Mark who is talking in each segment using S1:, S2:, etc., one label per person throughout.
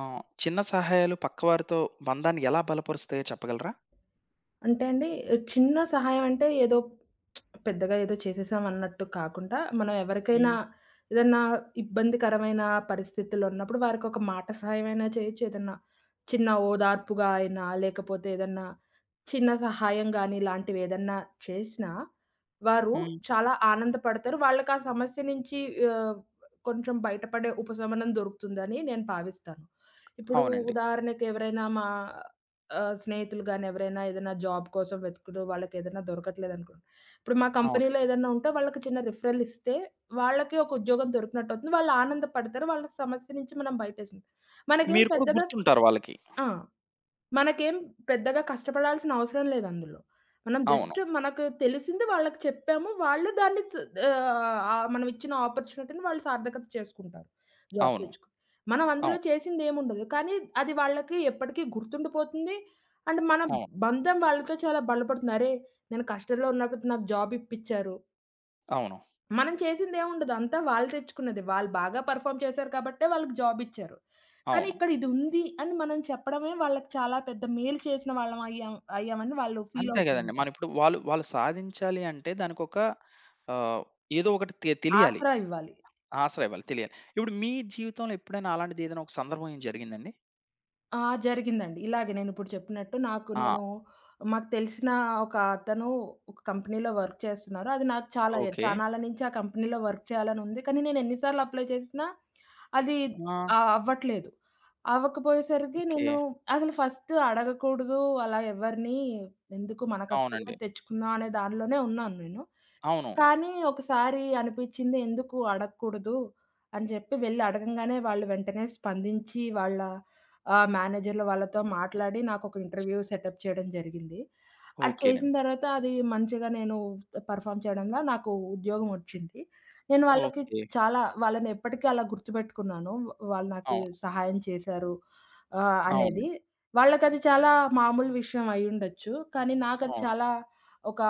S1: ఆ! చిన్న సహాయాలు పక్కవారితో బంధాన్ని ఎలా బలపరుస్తాయో చెప్పగలరా?
S2: అంటే అండి, చిన్న సహాయం అంటే ఏదో పెద్దగా ఏదో చేసేసాం అన్నట్టు కాకుండా, మనం ఎవరికైనా
S1: హ్మ్.
S2: ఏదన్నా ఇబ్బందికరమైన పరిస్థితుల్లో ఉన్నప్పుడు వారికొక మాట సహాయమైనా చేయొచ్చు. ఏదన్నా చిన్న ఓదార్పుగా అయినా, లేకపోతే ఏదన్నా చిన్న సహాయం గాని ఇలాంటివేదన్నా చేసినా, వారు
S1: హ్మ్.
S2: చాలా ఆనందపడతారు. వాళ్ళకా సమస్య నుంచి ఆహ్, కొంచెం బయటపడే ఉపశమనం దొరుకుతుందని నేను భావిస్తాను. ఇప్పుడు
S1: అవునండి.
S2: ఉదాహరణకి ఎవరైనా మా స్నేహితులు గాని ఎవరైనా ఏదైనా జాబ్ కోసం వెతుకుతూ వాళ్ళకేదైనా దొరకట్లేదనుకోండి. ఇప్పుడు మా
S1: అవును.
S2: కంపెనీలో ఏదన్నా ఉంటే వాళ్ళకి చిన్న రిఫరల్ ఇస్తే వాళ్ళకి ఒక ఉద్యోగం దొరికినట్టవుతుంది. వాళ్ళు ఆనందపడతారు. వాళ్ళ సమస్య నుంచి మనం బయటేసుకుంటాం. మనకేం
S1: మీరు కూడా
S2: పెద్దగా
S1: గుర్తుంటారు వాళ్ళకి.
S2: ఆ! మనకేం పెద్దగా కష్టపడాల్సిన అవసరం లేదందులో. మనం
S1: అవును.
S2: జస్ట్ మనకు తెలిసింది వాళ్ళకి చెప్పాము. వాళ్ళు దాన్ని ఆహ్, ఆహ్, మనం ఇచ్చిన ఆపర్చునిటీని వాళ్ళు సార్థకత చేసుకుంటారు. జాబ్
S1: అవును.
S2: తెచ్చుకొని. మనం అందులో
S1: అవును.
S2: చేసిందేముండదు. కానీ అది వాళ్ళకి ఎప్పటికీ గుర్తుండిపోతుంది. అండ్ మన
S1: అవును.
S2: బంధం వాళ్ళతో చాలా బలపడుతుంది. అరే! నేను కష్టంలో ఉన్నప్పుడు నాకు జాబ్ ఇప్పిచ్చారు.
S1: అవును.
S2: మనం చేసిందేముండదు. అంతా వాళ్ళు తెచ్చుకున్నదే. వాళ్ళు బాగా పెర్ఫార్మ్ చేశారు కాబట్టే వాళ్ళకి జాబ్ ఇచ్చారు. కానీ
S1: అవును.
S2: ఇక్కడ ఇది ఉంది అని మనం చెప్పడమే వాళ్ళకి చాలా పెద్ద మేలు చేసిన వాళ్ళం అయ్యామని వాళ్ళు ఫీల్
S1: అంతే
S2: అవుతూ
S1: గదండీ.
S2: ఉంటారు.
S1: మనం ఇప్పుడు వాళ్ళు వాళ్ళు సాధించాలి అంటే దానికొక ఆహ్, ఏదో ఒకటి తెలియాలి.
S2: ఆసరా ఇవ్వాలి.
S1: ఆసరా ఇవ్వాలి. తెలియాలి. ఇప్పుడు మీ జీవితంలో ఎప్పుడైనా అలాంటిది ఏదైనా ఒక సందర్భం ఏం జరిగిందండి?
S2: ఆ! జరిగిందండి. ఇలాగే నేనిప్పుడు చెప్పినట్టు నాకు
S1: ఆ!
S2: నేను మాకు తెలిసిన ఒక అతను ఒక కంపెనీలో వర్క్ చేస్తున్నారు. అది నాకు చాలా
S1: ఓకే.
S2: చానాల నుంచి ఆ కంపెనీలో వర్క్ చేయాలనుంది. కానీ నేను ఎన్ని సార్లు అప్లై చేసినా అది
S1: ఆ!
S2: అవ్వట్లేదు. అవ్వకపోయేసరికి
S1: ఓకే.
S2: నేను అసలు ఫస్ట్ అడగకూడదు అలా ఎవరిని ఎందుకు మన కష్టం మీద
S1: అవునండి.
S2: తెచ్చుకుందాం అనే దానిలోనే ఉన్నాను నేను.
S1: అవును.
S2: కానీ ఒకసారి అనిపిచ్చింది ఎందుకు అడగకూడదు అని చెప్పి వెళ్లి అడగంగానే వాళ్ళు వెంటనే స్పందించి వాళ్ళ మేనేజర్‌లు వాళ్ళతో మాట్లాడి నాకొక ఇంటర్వ్యూ సెటప్ చేయడం జరిగింది. అది చేసిన
S1: ఓకేనండి.
S2: తర్వాత అది మంచిగా నేను పెర్ఫార్మ్ చేయడంలో నాకు ఉద్యోగం వచ్చింది. నేను వాళ్ళకి
S1: ఓకే.
S2: చాలా వాళ్ళని ఎప్పటికీ అలా గుర్తుపెట్టుకున్నాను. వాళ్ళు నాకు
S1: అవును.
S2: సహాయం చేశారు అనేది.
S1: అవునండి.
S2: వాళ్ళకది చాలా మామూలు విషయం అయ్యుండొచ్చు. కానీ నాకది
S1: అవును.
S2: చాలా ఒక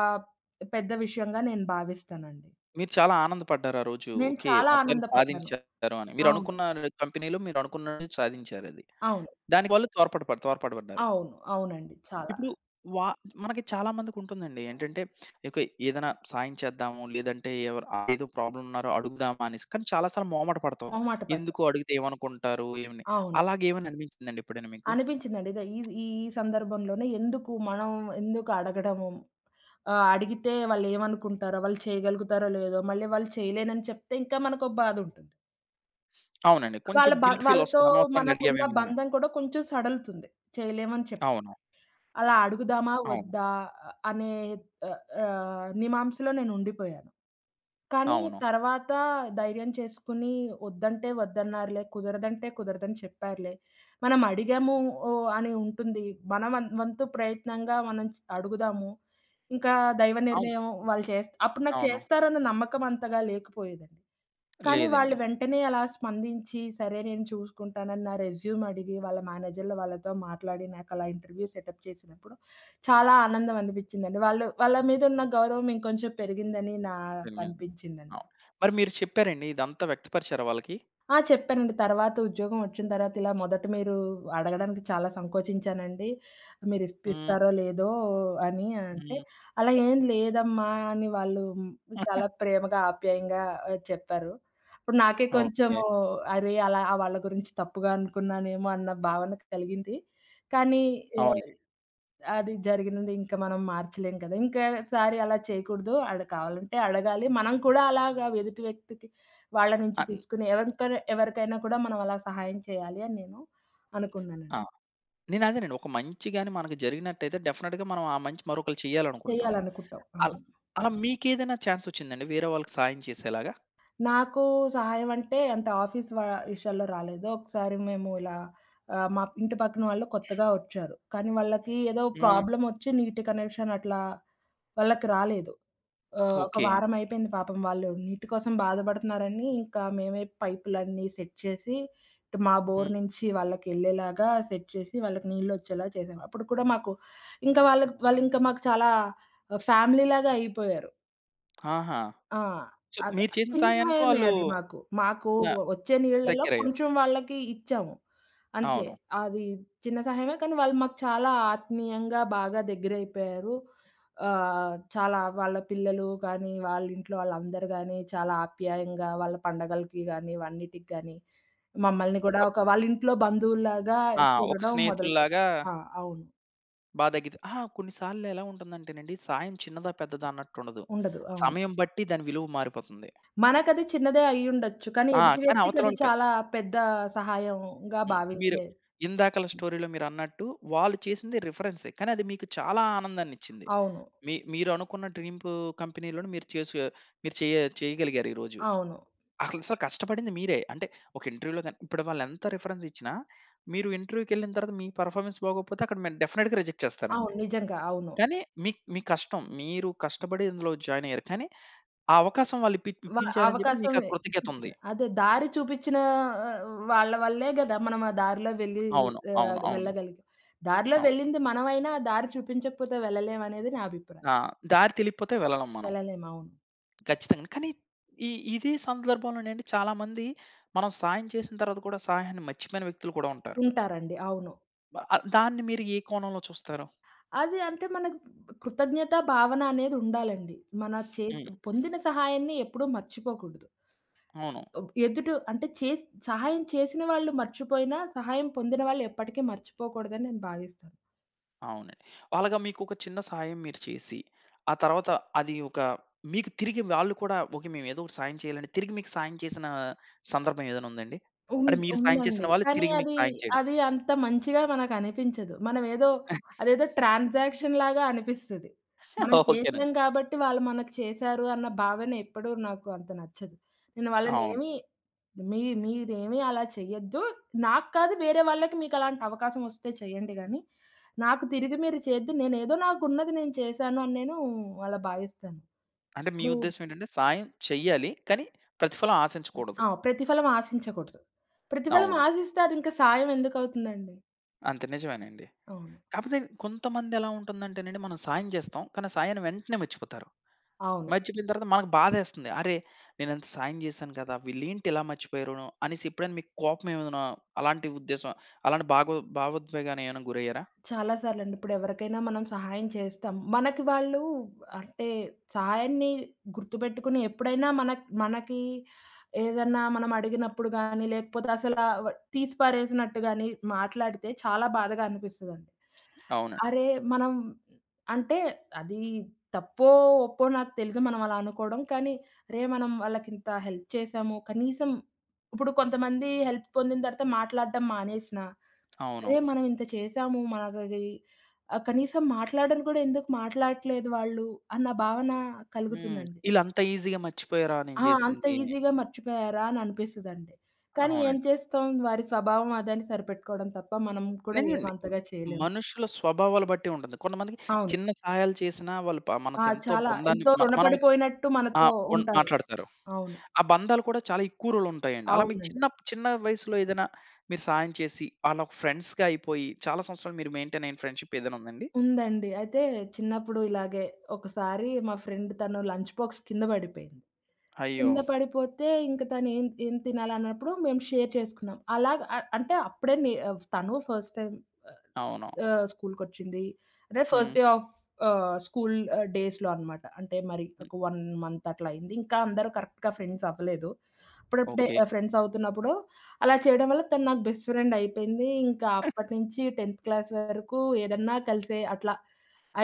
S2: పెద్ద విషయంగా నేను భావిస్తానండి.
S1: మీరు చాలా ఆనందపడ్డారు ఆ రోజు.
S2: నేను
S1: ఓకే.
S2: చాలా
S1: మొత్తానికి
S2: ఆనందపడ్డాను.
S1: సాధించారు అని. మీరు
S2: అవును.
S1: అనుకున్న కంపెనీలో మీరు అనుకున్నది సాధించారది.
S2: అవును.
S1: దానికి వాళ్ళు తోర్పడబడ్డారు.
S2: అవును. అవునండి. చాలా.
S1: ఇప్పుడు వా మనకి చాలా మందికుంటుందండి. ఏంటంటే ఓకే. ఏదైనా సాయం చేద్దాము, లేదంటే ఎవరు ఏదో ప్రాబ్లమ్ ఉన్నారో అడుగుదామా అనేసి. కానీ చాలా సార్లు మొహమాట పడతాం.
S2: మొహమాట పడ్డా.
S1: ఎందుకు అడిగితే ఏమనుకుంటారు? ఏమని
S2: అవును.
S1: అలాగేమని అనిపించిందండి ఎప్పుడైనా మీకు?
S2: అనిపించిందండి. ఇదే ఈ ఈ సందర్భంలోనే ఎందుకు మనం ఎందుకు అడగడము ఆ! అడిగితే వాళ్ళేమనుకుంటారో, వాళ్ళు చేయగలుగుతారో లేదో, మళ్ళీ వాళ్ళు చేయలేనని చెప్తే ఇంకా మనకో బాధుంటుంది.
S1: అవునండి. కొంచెం గిల్ట్ ఫీల్
S2: వాళ్ళతో
S1: వస్తుంది. అనవసరంగా
S2: మనకున్న
S1: అడిగామేమో అని.
S2: బంధం కూడా కొంచెం సడలుతుంది. చేయలేమని చెప్
S1: అవును.
S2: అలా అడుగుదామా?
S1: అవును.
S2: వద్దా? అనే ఆహ్, ఆహ్, మీమాంసలో నేనుండిపోయాను. కానీ
S1: అవును.
S2: తర్వాత ధైర్యం చేసుకొని వద్దంటే వద్దన్నారులే, కుదరదంటే కుదరదని చెప్పారులే. మనం అడిగాము ఓహ్! అని ఉంటుంది. మన వంతు ప్రయత్నంగా మనం అడుగుదాము. ఇంకా దైవ
S1: అవును.
S2: నిర్ణయం వాళ్ళు అప్పుడు నాకు
S1: అవును.
S2: చేస్తారన్న నమ్మకం అంతగా లేకపోయేదండి. కానీ వాళ్ళు
S1: లేదండి.
S2: వెంటనే అలా స్పందించి, సరే నేను చూసుకుంటానని నా రెజ్యూమ్ అడిగి, వాళ్ళ మేనేజర్‌లు వాళ్ళతో మాట్లాడి, నాకలా ఇంటర్వ్యూ సెటప్ చేసినప్పుడు చాలా ఆనందం అనిపిచ్చిందండి. వాళ్ళు వాళ్ళ మీదున్న గౌరవం ఇంకొంచెం పెరిగిందని
S1: ధన్యవాదాలు.
S2: నాకనిపించిందండి.
S1: అవును. మరి మీరు చెప్పారండి ఇదంతా వ్యక్తపరిచారా వాళ్ళకి?
S2: ఆ! చెప్పానండి. తర్వాత ఉద్యోగం వచ్చిన తర్వాత ఇలా మొదట మీరు అడగడానికి చాలా సంకోచించానండి. మీరు ఇస్
S1: హ్మ్.
S2: ఇస్తారో లేదో అని అంటే,
S1: హ్మ్.
S2: "అలా ఏం లేదమ్మా" అని వాళ్ళు చాలా ప్రేమగా, ఆప్యాయంగా చెప్పారు. ఇప్పుడు నాకే
S1: ఓకే.
S2: కొంచెము అరే! అలా వాళ్ళ గురించి తప్పుగా అనుకున్నానేమో అన్న భావన కలిగింది. కానీ ఆహ్
S1: అవునండి.
S2: అది జరిగినది ఇంకా మనం మార్చలేం కదా! ఇంకోసారి అలా చేయకూడదు. కావాలంటే అడగాలి. మనం కూడా అలాగా ఎదుటి వ్యక్తికి వాళ్ళ నుంచి
S1: అన్
S2: తీసుకొని ఎవరికైనా ఎవరికైనా కూడా మనం అలా సహాయం చేయాలి అని నేను
S1: ఆ!
S2: అనుకున్నానండి.
S1: నేనదేనండి. ఒక మంచి గాని మనకు జరిగినట్టయితే డెఫినిట్‌గా మనం ఆ మంచి మరొకళ్ళు చేయాలనుకుంటాం.
S2: చేయాలనుకుంటాం.
S1: అలా
S2: అవును.
S1: అలా మీకేదైనా ఛాన్సొచ్చిందండి వేరే వాళ్ళకి సాయం చేసేలాగా?
S2: నాకు సహాయం అంటే అంటే ఆఫీస్ విషయాల్లో రాలేదు. ఒకసారి మేము ఇలా మా ఇంటి పక్కన వాళ్ళు కొత్తగా వచ్చారు. కానీ వాళ్ళకి ఏదో
S1: హ్మ్.
S2: ప్రాబ్లమ్ వచ్చి నీటి కనెక్షన్ అట్లా వాళ్ళకి రాలేదు. ఒక
S1: ఓకే.
S2: వారం అయిపోయింది పాపం వాళ్ళు నీటి కోసం బాధపడుతున్నారని, ఇంకా మేమే పైపులన్నీ సెట్ చేసి, ఇటు మా బోర్
S1: హ్మ్.
S2: నుంచి వాళ్ళకెళ్ళేలాగా సెట్ చేసి, వాళ్ళకి నీళ్ళొచ్చేలా చేసాం. అప్పుడు కూడా మాకు ఇంకా వాళ్ళకి వాళ్ళింకా మాకు చాలా ఫ్యామిలీలాగా అయిపోయారు.
S1: ఆహా!
S2: ఆ!
S1: సో,
S2: అది
S1: మీరు చేసిన
S2: చిన్న
S1: సాయానికి
S2: భయమే
S1: వాళ్ళు
S2: అది మాకు. మాకు
S1: న
S2: వచ్చే నీళ్ళలో
S1: దగ్గరయ్యారు.
S2: కొంచెం వాళ్ళకి ఇచ్చాము. అంతే.
S1: అవును.
S2: అది చిన్న సహాయమే కానీ వాళ్ళు మాకు చాలా ఆత్మీయంగా బాగా దగ్గరైపోయారు. చాలా వాళ్ళ పిల్లలు కానీ, వాళ్ళ ఇంట్లో వాళ్ళందరూ గానీ చాలా ఆప్యాయంగా వాళ్ళ పండగలకి గానీ, వాన్నిటికి గానీ మమ్మల్ని కూడా
S1: ఒక
S2: ఒక వాళ్ళ ఇంట్లో బంధువుల్లాగా
S1: ఆ! ఒక
S2: చూడడం మొదలుపెట్టారు.
S1: స్నేహితుల్లాగా
S2: ఆ! అవును.
S1: బా తగ్గిద్ది. అహా! కొన్ని సార్లు ఎలా ఉంటుందంటేనండి, సాయం చిన్నదా, పెద్దదా అన్నట్టుండదు.
S2: ఉండదు. అవును.
S1: సమయం బట్టి దాని విలువ మారిపోతుంది.
S2: మనకది చిన్నదే అయ్యుండొచ్చు. కానీ
S1: ఆ!
S2: ఎదుటి
S1: కానీ
S2: వ్యక్తికి అది
S1: అవతలోళ్ళు
S2: చాలా పెద్ద సహాయంగా
S1: హ్మ్. మీరు
S2: భావించే
S1: ఇందాకల స్టోరీలో మీరన్నట్టు వాళ్ళు చేసింది రిఫరెన్సే. కానీ అది మీకు చాలా ఆనందాన్నిచ్చింది.
S2: అవును.
S1: మీరనుకున్న డ్రీమ్‌కు కంపెనీలోని మీరు చేసు మీరు చేయ చేయగలిగారు ఈరోజు.
S2: అవును.
S1: అసలు అసలు కష్టపడింది మీరే. అంటే ఒక ఇంటర్వ్యూలో గాని ఇప్పుడు వాళ్ళెంత రిఫరెన్స్ ఇచ్చినా, మీరు ఇంటర్వ్యూకెళ్ళిన తర్వాత మీ పెర్ఫార్మన్స్ బాగోకపోతే అక్కడ మే డెఫినిట్‌గా రిజెక్ట్
S2: అవును.
S1: చేస్తారండి.
S2: నిజంగా. అవును.
S1: కానీ మీ కష్టం. మీరు కష్టపడి ఇందులో జాయిన్ అయ్యారు. కానీ ఆ అవకాశం వాళ్ళు ఇప్పి
S2: వ
S1: ఇప్పించారని చెప్పి
S2: అవకాశం
S1: మీకు ఆ కృతజ్ఞత
S2: ఇప్పించిన
S1: ఉంది.
S2: అదే దారి చూపిచ్చిన ఆహ్, వాళ్ళ వల్లే గదా! మనం ఆ దారిలో వెళ్ళి
S1: అవును. అవును. అవును.
S2: వెళ్ళగలిగాం. దారిలో
S1: అవును.
S2: వెళ్ళింది మనమైనా ఆ దారి చూపించకపోతే వెళ్ళలేమనేది నా అభిప్రాయం.
S1: ఆ! దారి తెలియకపోతే వెళ్ళలేం మనం.
S2: వెళ్ళలేము. అవును.
S1: ఖచ్చితంగా. కానీ ఈ ఇదే సందర్భంలోనండి చాలామంది మనం సాయం చేసిన తర్వాత కూడా సహాయాన్ని మర్చిపోయిన వ్యక్తులు కూడా ఉంటారు.
S2: ఉంటారండి. అవును.
S1: దాన్ని మీరు ఏ కోణంలో చూస్తారు?
S2: అది అంటే మనకు కృతజ్ఞతా భావన అనేది ఉండాలండి. మన
S1: హ్మ్.
S2: పొందిన సహాయాన్ని ఎప్పుడూ మర్చిపోకూడదు.
S1: అవును.
S2: ఒబ్ ఎదుట అంటే చేస్ సహాయం చేసిన వాళ్ళు మర్చిపోయినా, సహాయం పొందిన వాళ్ళు ఎప్పటికీ మర్చిపోకూడదని నేను భావిస్తాను.
S1: అవునండి. వాళ్ళగా మీకొక చిన్న సాయం మీరు చేసి, ఆ తర్వాత అది ఒక మీకు తిరిగి వాళ్ళు కూడా ఓకే. మేము ఏదో ఒకటి సాయం చేయాలని తిరిగి మీకు సాయం చేసిన సందర్భం ఏదైనా ఉందండి? అంటే
S2: ఉంద్
S1: మీరు సాయం చేసిన
S2: ఉందండి.
S1: వాళ్ళు
S2: కానీ
S1: తిరిగి మీకు
S2: అది,
S1: సాయం చేయడం.
S2: అది అంత మంచిగా మనకనిపించదు. మనమేదో అదేదో ట్రాన్సాక్షన్ లాగా అనిపిస్తది. మనం చేసాం
S1: ఓకేనండి.
S2: కాబట్టి వాళ్ళు మనకు చేశారు అన్న భావన ఎప్పుడూ నాకు అంత నచ్చదు. నేను
S1: అవును.
S2: వాళ్ళనేమి మీరేమి అలా చెయ్యొద్దు. నాకు కాదు వేరే వాళ్ళకి మీకలాంటి అవకాశం వస్తే చేయండి గానీ, నాకు తిరిగి మీరు చేయొద్దు. నేనేదో నాకున్నది నేను చేశాను అని నేను అలా భావిస్తాను.
S1: అంటే మీ
S2: ఇప్పుడు
S1: ఉద్దేశ్యం ఏంటంటే సాయం చెయ్యాలి. కానీ ప్రతిఫలం ఆశించకూడదు.
S2: ఆ! ప్రతిఫలం ఆశించకూడదు. ప్రతిఫలం
S1: అవును.
S2: ఆశిస్తే అదింక సాయం ఎందుకవుతుందండి?
S1: అంతే నిజమేనండి.
S2: అవును.
S1: కాకపోతే కొంతమంది ఎలా ఉంటుందంటేనండి మనం సాయం చేస్తాం. కానీ ఆ సాయాన్ని వెంటనే మర్చిపోతారు.
S2: అవును.
S1: మర్చిపోయిన తర్వాత మనకు బాధేస్తుంది. అరే! నేనింత సాయం జేశాను కదా! వీళ్ళేంటి ఇలా మర్చిపోయారును అనేసి ఎప్పుడైనా మీకు కోపం ఏమైనా అలాంటి ఉద్దేశం, అలాంటి భావోద్వేగానికి ఏమైనా గురయ్యారా?
S2: చాలా సార్లండి. ఇప్పుడెవరికైనా మనం సహాయం చేస్తాం. మనకి వాళ్ళు అంటే సహాయాన్ని గుర్తుపెట్టుకుని ఎప్పుడైనా మనకి ఏదన్నా మనం అడిగినప్పుడు గానీ, లేకపోతే అసలా తీసి పారేసినట్టు గానీ మాట్లాడితే చాలా బాధగా అనిపిస్తదండి.
S1: అవునండి.
S2: అరే! మనం అంటే అది తప్పో, ఒప్పో నాకు తెలీదు మనం అలా అనుకోవడం. కానీ అరే! మనం వాళ్ళకింత హెల్ప్ చేశాము. కనీసం ఇప్పుడు కొంతమంది హెల్ప్ పొందిన తర్వాత మాట్లాడడం మానేసినా
S1: అవును.
S2: అరే! మనం ఇంత చేసాము. మనకది కనీసం మాట్లాడను కూడా ఎందుకు మాట్లాడట్లేదు వాళ్ళు అన్న భావన
S1: హ్మ్.
S2: కలుగుతుందండి.
S1: ఈళ్ళంత ఈజీగా మర్చిపోయారా నేను
S2: ఆ! అంత
S1: జేసింది?
S2: ఈజీగా మర్చిపోయారా అని అనిపిస్తదండి. కానీ ఏం
S1: అవునండి.
S2: చేస్తాం వారి స్వభావం అదని సరిపెట్టుకోవడం తప్ప మనం కూడా ఏం
S1: నిజమండి.
S2: అంతగా చేయలేం.
S1: మనుషుల స్వభావాలు బట్టి ఉంటుంది. కొంతమందికి
S2: అవును.
S1: చిన్న సహాయాలు చేసినా వాళ్ళు
S2: ఆ!
S1: మనకెంతో
S2: చాలా
S1: బంధాన్ని
S2: ఎంతో
S1: మనం
S2: రుణపడిపోయినట్టు
S1: ఆ!
S2: మనతో ఉంటారు.
S1: మాట్లాడతారు.
S2: అవును.
S1: ఆ బంధాలు కూడా చాలా ఎక్కువ రోజులుంటాయండి. అలా మీకు
S2: అవునండి.
S1: చిన్న చిన్న వయసులో ఏదైనా మీరు సాయం చేసి, అలా ఫ్రెండ్స్‌గా అయిపోయి, చాలా సంవత్సరాలు మీరు మెయింటైన్ అయిన ఫ్రెండ్‌షిప్ ఏదైనా ఉందండి?
S2: ఉందండి. అయితే చిన్నప్పుడు ఇలాగే ఒకసారి మా ఫ్రెండ్ తను లంచ్ బాక్స్ కింద పడిపోయింది.
S1: అయ్యో!
S2: కింద పడిపోతే ఇంక తను ఏం ఏం తినాలన్నప్పుడు మేము షేర్ చేసుకున్నాం. అలాగ అ అంటే అప్పుడే నే తను ఫస్ట్ టైమ్
S1: అవును.
S2: స్కూలుకొచ్చింది. అంటే ఫస్ట్
S1: హ్మ్.
S2: డే ఆఫ్ స్కూల్ డేస్‌లో అన్నమాట. అంటే మరి
S1: హ్మ్.
S2: ఒక 1 మంత్ అట్లా అయింది. ఇంకా అందరూ కరెక్ట్‌గా ఫ్రెండ్స్ అవ్వలేదు. అప్పుడప్పుడే
S1: ఓకే.
S2: ఫ్రెండ్స్ అవుతున్నప్పుడు అలా చేయడం వల్ల తను నాకు బెస్ట్ ఫ్రెండ్ అయిపోయింది. ఇంకా అప్పటినుంచి 10థ్ క్లాస్ వరకు ఏదన్నా కలిసే అట్లా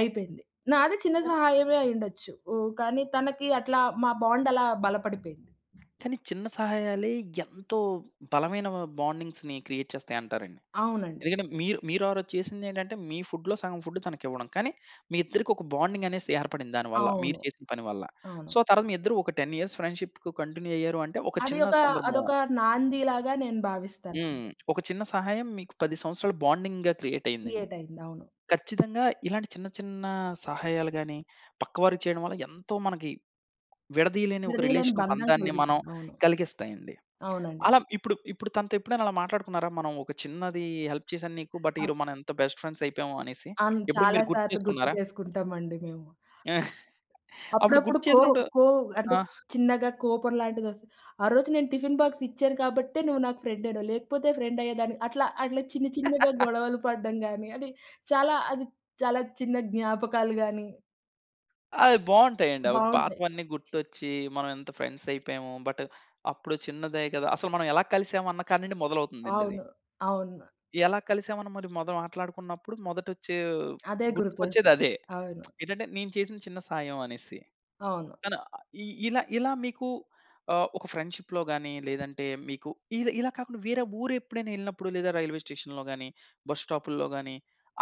S2: అయిపోయింది. నాది చిన్న
S1: కానీ
S2: సహాయమే అయ్యుండొచ్చు. హ్మ్. కానీ తనకి అట్లా మా బాండ్ అలా బలపడిపోయింది.
S1: కానీ చిన్న సహాయాలే ఎంతో బలమైన బాండింగ్స్‌ని క్రియేట్ చేస్తాయంటారండి.
S2: అవునండి.
S1: ఎందుకంటే మీరు మీరు ఆ రోజు చేసిందేంటంటే, మీ ఫుడ్‌లో సగం ఫుడ్ తనకివ్వడం. కానీ మీ ఇద్దరికి ఒక బాండింగ్ అనేసి ఏర్పడింది దానివల్ల. మీరు
S2: అవును.
S1: చేసిన పని వల్ల.
S2: అవును.
S1: సో, ఆ తర్వాత మీ ఇద్దరు ఒక 10 ఇయర్స్ ఫ్రెండ్‌షిప్ కంటిన్యూ అయ్యారు అంటే, ఒక
S2: అది
S1: చిన్న
S2: ఒక
S1: సందర్భం.
S2: అదొక నాందిలాగా నేను భావిస్తానండి.
S1: హ్మ్. ఒక చిన్న సహాయం మీకు 10 సంవత్సరాల బాండింగ్‌గా క్రియేట్ అయిందండి.
S2: క్రియేట్ అయింది. అవును.
S1: ఖచ్చితంగా ఇలాంటి చిన్న చిన్న సహాయాలు గాని, పక్కవారికి చేయడం వల్ల ఎంతో మనకి విడదీయలేని ఒక
S2: విడదీయలేని
S1: రిలేషన్
S2: బంధం
S1: బంధాన్ని మనం
S2: కలుగుతుంది. అవును.
S1: కలిగిస్తాయండి.
S2: అవునండి.
S1: అలా ఇప్పుడు ఇప్పుడు తనతో ఎప్పుడైనా అలా మాట్లాడుకున్నారా? మనం ఒక చిన్నది హెల్ప్ చేశాను నీకు. బట్
S2: అద్
S1: ఈరోజు మనం ఎంత బెస్ట్ ఫ్రెండ్స్ అయిపోయామో అనేసి.
S2: అవును.
S1: ఎప్పుడైనా
S2: చాలా
S1: మీరు గుర్తు
S2: సార్లు గుర్తు
S1: చేసుకున్నారా?
S2: చేసుకుంటామండి మేము.
S1: అప్పుడు
S2: అప్పుడప్పుడు
S1: గుర్తు
S2: కో
S1: చేసినప్పుడు
S2: కో అంటే
S1: ఆ!
S2: చిన్నగా కోపం లాంటిదొస్తది. "ఆ రోజు నేను టిఫిన్ బాక్స్ ఇచ్చాను కాబట్టే నువ్వు నాకు ఫ్రెండేనో లేకపోతే ఫ్రెండ్ అయ్యేదాన్ని" అట్లా అట్లా చిన్న చిన్నగా గొడవలు పడడం గాని, అది చాలా అది చాలా చిన్న జ్ఞాపకాలు గాని
S1: అవి బావుంటాయండి. అవి
S2: బావుంటాయి.
S1: పాతవన్నీ గుర్తొచ్చి మనం ఎంత ఫ్రెండ్స్ అయిపోయాము. బట్ అప్పుడు చిన్నదే కదా! అసలు మనం ఎలా కలిసాము అన్న కాడ నుండి మొదలవుతుందండి అది.
S2: అవును. అవును.
S1: ఎలా కలిసామని మరి మొద మాట్లాడుకున్నప్పుడు మొదటొచ్చే
S2: అదే గుర్తొస్
S1: గుర్తుకొచ్చేదదే.
S2: అవును.
S1: ఏంటంటే నేను చేసిన చిన్న సాయం అనేసి.
S2: అవును.
S1: తను ఇ ఇలా ఇలా మీకు ఒక ఫ్రెండ్‌షిప్‌లో గాని, లేదంటే మీకు ఇలా ఇలా కాకుండా వేరే ఊరు ఎప్పుడైనా ఎళ్ళినప్పుడు లేదా రైల్వే స్టేషన్‌లో గాని, బస్ స్టాపుల్లో గాని,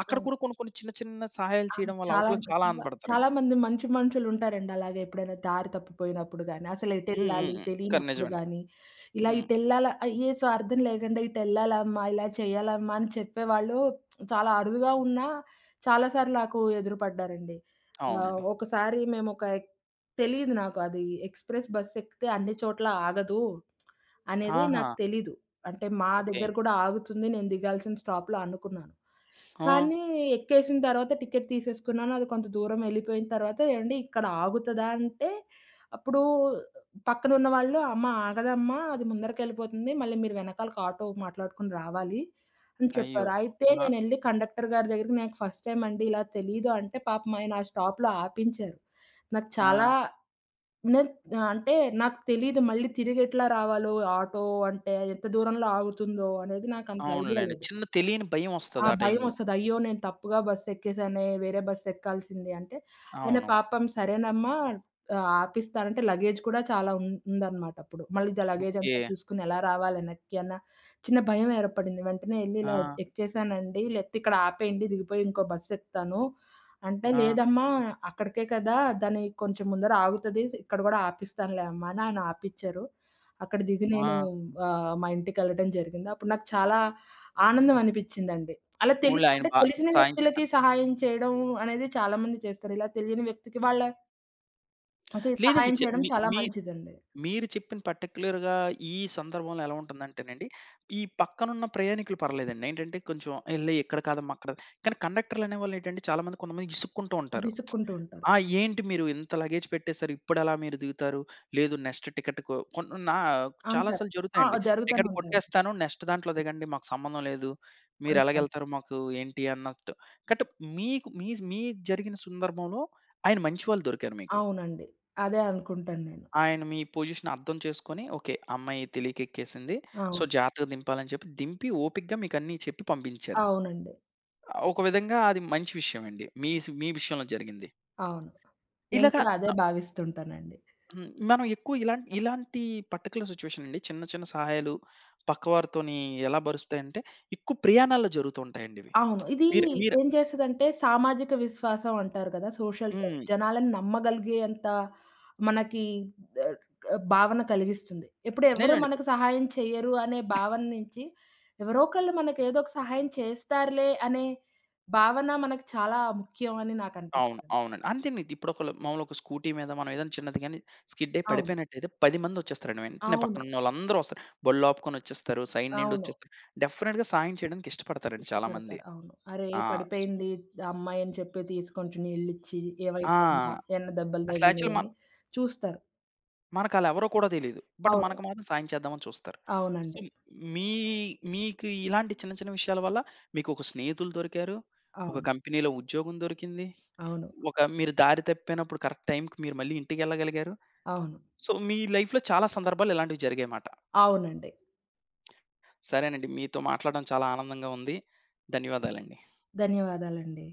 S1: అక్కడ
S2: అవును.
S1: కూడా కొన్ని కొన్ని చిన్న చిన్న సహాయాలు
S2: అవును.
S1: చేయడం వల్ల
S2: చాలా
S1: అవతలోళ్ళు చాలా
S2: చాలా చాలా
S1: ఆనందపడతారండి.
S2: మంది మంచి మనుషులుంటారండి అలాగే ఎప్పుడైనా దారి తప్పిపోయినప్పుడు గాని, అసలు
S1: హ్మ్. హ్మ్.
S2: ఎటెళ్ళాలి
S1: హ్మ్. కానీ
S2: తెలియనప్పుడు
S1: నిజమండి.
S2: గాని, ఇలా
S1: హ్మ్.
S2: ఇటెళ్ళాలా ఏ స్వార్థం లేకుండా ఇటెళ్ళాలమ్మా, ఇలా చేయాలమ్మా అని చెప్పేవాళ్ళు చాలా అరుదుగా ఉన్నా, చాలా సార్లు నాకు ఎదురుపడ్డారండి.
S1: అవునండి.
S2: ఒకసారి మేమొక తెలీదు నాకు అది ఎక్స్‌ప్రెస్ బస్ ఎక్కితే అన్ని చోట్ల ఆగదు అనేది
S1: ఆహా!
S2: నాకు తెలీదు. అంటే మా
S1: ఓకే.
S2: దగ్గర కూడా ఆగుతుంది. నేను దిగాల్సిన స్టాప్‌లో అనుకున్నాను.
S1: ఆ!
S2: కానీ ఎక్కేసిన తర్వాత టికెట్ తీసేసుకున్నాను. అది కొంత దూరం వెళ్ళిపోయిన తర్వాత, "ఏవండీ ఇక్కడ ఆగుతదా?" అంటే అప్పుడు పక్కన ఉన్నవాళ్ళు, "అమ్మ ఆగదమ్మా! అది ముందరకెళ్ళిపోతుంది. మళ్ళీ మీరు వెనకాలకు ఆటో మాట్లాడుకొని రావాలి" అని
S1: అయ్యో!
S2: చెప్పారు. అయితే
S1: ఆ!
S2: నేనెళ్ళి కండక్టర్ గారి దగ్గరికి, "నాకు ఫస్ట్ టైమ్ అండి ఇలా తెలీదు" అంటే పాపం ఆయన ఆ స్టాప్‌లో ఆపించారు. నాకు
S1: ఆ!
S2: చాలా నేను అంటే నాకు తెలీదు మళ్ళీ తిరిగి ఎట్లా రావాలో ఆటో అంటే ఎంత దూరంలో ఆగుతుందో అనేది నాకంత ఐడియా
S1: అవునులెండి.
S2: లేదు.
S1: చిన్న తెలియని
S2: ఆ!
S1: భయమొస్తది ఆ టైంలో.
S2: భయమొస్తది. అయ్యో! నేను తప్పుగా బస్ ఎక్కేసానే, వేరే బస్ ఎక్కాల్సింది అంటే, ఆయన
S1: అవును.
S2: పాపం సరేనమ్మా ఆపిస్తానంటే లగేజ్ కూడా చాలా ఉందన్నమాట అప్పుడు. మళ్ళీ లగేజ్
S1: ఓకే.
S2: అంతా తీసుకొని ఎలా రావాలి వెనక్కి అన్న చిన్న భయం ఏర్పడింది. వెంటనే ఎళ్లి ఇలా
S1: ఆ!
S2: ఎక్కేసానండి. లేకపోతే ఇక్కడ ఆపేయండి దిగిపోయి ఇంకో బస్ ఎక్కుతాను. అంటే
S1: ఆ!
S2: లేదమ్మా అక్కడికే కదా! దాని కొంచెం ముందర ఆగుతది. ఇక్కడ కూడా ఆపిస్తానులే అమ్మా అని ఆయన ఆపిచ్చారు. అక్కడ దిగి నేను
S1: ఆ!
S2: మా ఇంటికెళ్ళడం జరిగింది. అప్పుడు నాకు చాలా ఆనందం అనిపిచ్చిందండి. అలా
S1: పోన్లే ఆయన
S2: అంటే
S1: బా
S2: తెలిసిన
S1: సాయం
S2: వ్యక్తులకి
S1: చేశారు.
S2: సహాయం చేయడం అనేది చాలా మంది చేస్తారు. ఇలా తెలియని వ్యక్తికి వాళ్ళకి
S1: లేదండి.
S2: సహాయం చేయడం
S1: మీ
S2: చాలా
S1: మీ
S2: మంచిదండి.
S1: మీరు చెప్పిన పర్టిక్యులర్‌గా ఈ సందర్భంలో ఎలా ఉంటుందంటేనండి, ఈ పక్కనున్న ప్రయాణికులు పర్లేదండి. ఏంటంటే కొంచెం ఎళ్ళి ఇక్కడ కాదమ్మా! అక్కడ కానీ కండక్టర్‌లనేవాళ్ళేంటంటే చాలా మంది కొంతమంది ఇసుక్కుంటూ ఉంటారు.
S2: విసుక్కుంటూ ఉంటారు.
S1: ఆ! ఏంటి మీరు ఇంత లగేజ్ పెట్టేసారు. ఇప్పుడెలా మీరు దిగుతారు? లేదు నెక్స్ట్ టికెట్ కొన్ని నా చాలా
S2: అంటారు.
S1: సార్లు
S2: ఆ!
S1: జరుగుతాయండి.
S2: జరుగుతూనే
S1: టికెట్
S2: ఉంటాయండి.
S1: కొట్టేస్తాను. నెక్స్ట్ దాంట్లో దిగండి. మాకు సంబంధం లేదు.
S2: అంటా ఉంటారు.
S1: మీరెలాగెళ్తారు మాకు ఏంటి అన్నట్టు. కట్ మీకు జరిగిన సందర్భంలో ఆయన మంచి వాళ్ళు దొరికారు మీకు.
S2: అవునండి. అదే అనుకుంటాను నేను.
S1: ఆయన మీ పొజిషన్ అర్థం చేసుకొని, ఓకే. అమ్మాయి తెలియక ఎక్కేసింది. సో,
S2: అవును.
S1: జాగ్రత్తగా దింపాలని చెప్పి దింపి ఓపికగా మీకన్నీ చెప్పి పంపించారు.
S2: అవునండి.
S1: ఆ, ఒక విధంగా అది మంచి విషయం అండి. మీ విషయంలో జరిగింది.
S2: అవును. నేను
S1: ఇలాగా
S2: కూడా అదే
S1: న
S2: భావిస్తుంటానండి.
S1: హ్మ్. మనం ఎక్కువ ఇలాంటి ఇలాంటి పర్టిక్యులర్ సిట్యుయేషన్ అండి. చిన్న చిన్న సహాయాలు పక్కవారితోని ఎలా బరుస్తాయంటే, ఎక్కువ ప్రయాణాల్లో జరుగుతూ ఉంటాయండి ఇవి.
S2: అవును. ఇది
S1: మీరు మీరు
S2: ఏం చేస్తదంటే సామాజిక విశ్వాసం అంటారు గదా! Social trust.
S1: హ్మ్.
S2: జనాలను నమ్మగలిగేంత మనకి ఆహ్, భావన కలిగిస్తుంది. ఇప్పుడు ఎవరు
S1: నిజమండి.
S2: మనకు సహాయం చెయ్యరు అనే భావన నుంచి ఎవరో ఒకళ్ళు మనకేదో ఒక సహాయం చేస్తారులే అనే భావన మనకు చాలా ముఖ్యం అని
S1: అవును.
S2: నాకనిపిస్తదండి.
S1: అవునండి. అంతేనండి. ఇప్పుడు ఒకళ్ళు మామూలుగా ఒక స్కూటీ మీద మనం ఏదైనా చిన్నది గాని స్కిడ్ అయ్యి
S2: అవును.
S1: పడిపోయినట్టయితే 10 మందొచ్చేస్తారండి వెంటనే
S2: అవును.
S1: పక్కనున్నోళ్ళందరూ వస్తారు. బళ్ళాపుకొని వచ్చేస్తారు. సైడ్ నుండి
S2: అవును.
S1: వచ్చేస్తారు. డెఫినిట్‌గా సాయం చేయడానికి ఇష్టపడతారండి చాలామంది.
S2: ఇష్టపడతారు. అవును. "అరే!
S1: ఆ!
S2: పడిపోయింది అమ్మాయి" అని చెప్పి తీసుకొంచెం నీళ్ళిచ్చి
S1: ఆ!
S2: "ఏమైందమ్మా? ఏమన్నా దెబ్బలు
S1: అసలు
S2: తగిలినాయా?"
S1: యాక్చువల్లీ
S2: అని
S1: మనం
S2: చూస్తారు.
S1: మనకాళ్ళెవరో కూడా తెలీదు. బట్
S2: అవును.
S1: మనకు మాత్రం సాయం చేద్దామని చూస్తారు. సో,
S2: అవునండి.
S1: మీ మీకు ఇలాంటి చిన్న చిన్న విషయాల వల్ల మీకొక స్నేహితులు దొరికారు. ఒక
S2: అవును.
S1: కంపెనీలో ఉద్యోగం దొరికింది.
S2: అవును.
S1: ఒక మీరు దారి తప్పిపోయినప్పుడు కరెక్ట్ టైంకి మీరు మళ్ళీ ఇంటికెళ్ళగలిగారు.
S2: అవును.
S1: సో, మీ లైఫ్‌లో చాలా సందర్భాలు ఇలాంటివి జరిగాయి మాట.
S2: అవునండి.
S1: సరేనండి. మీతో మాట్లాడడం చాలా ఆనందంగా ఉంది. ధన్యవాదాలండి.
S2: ధన్యవాదాలండి.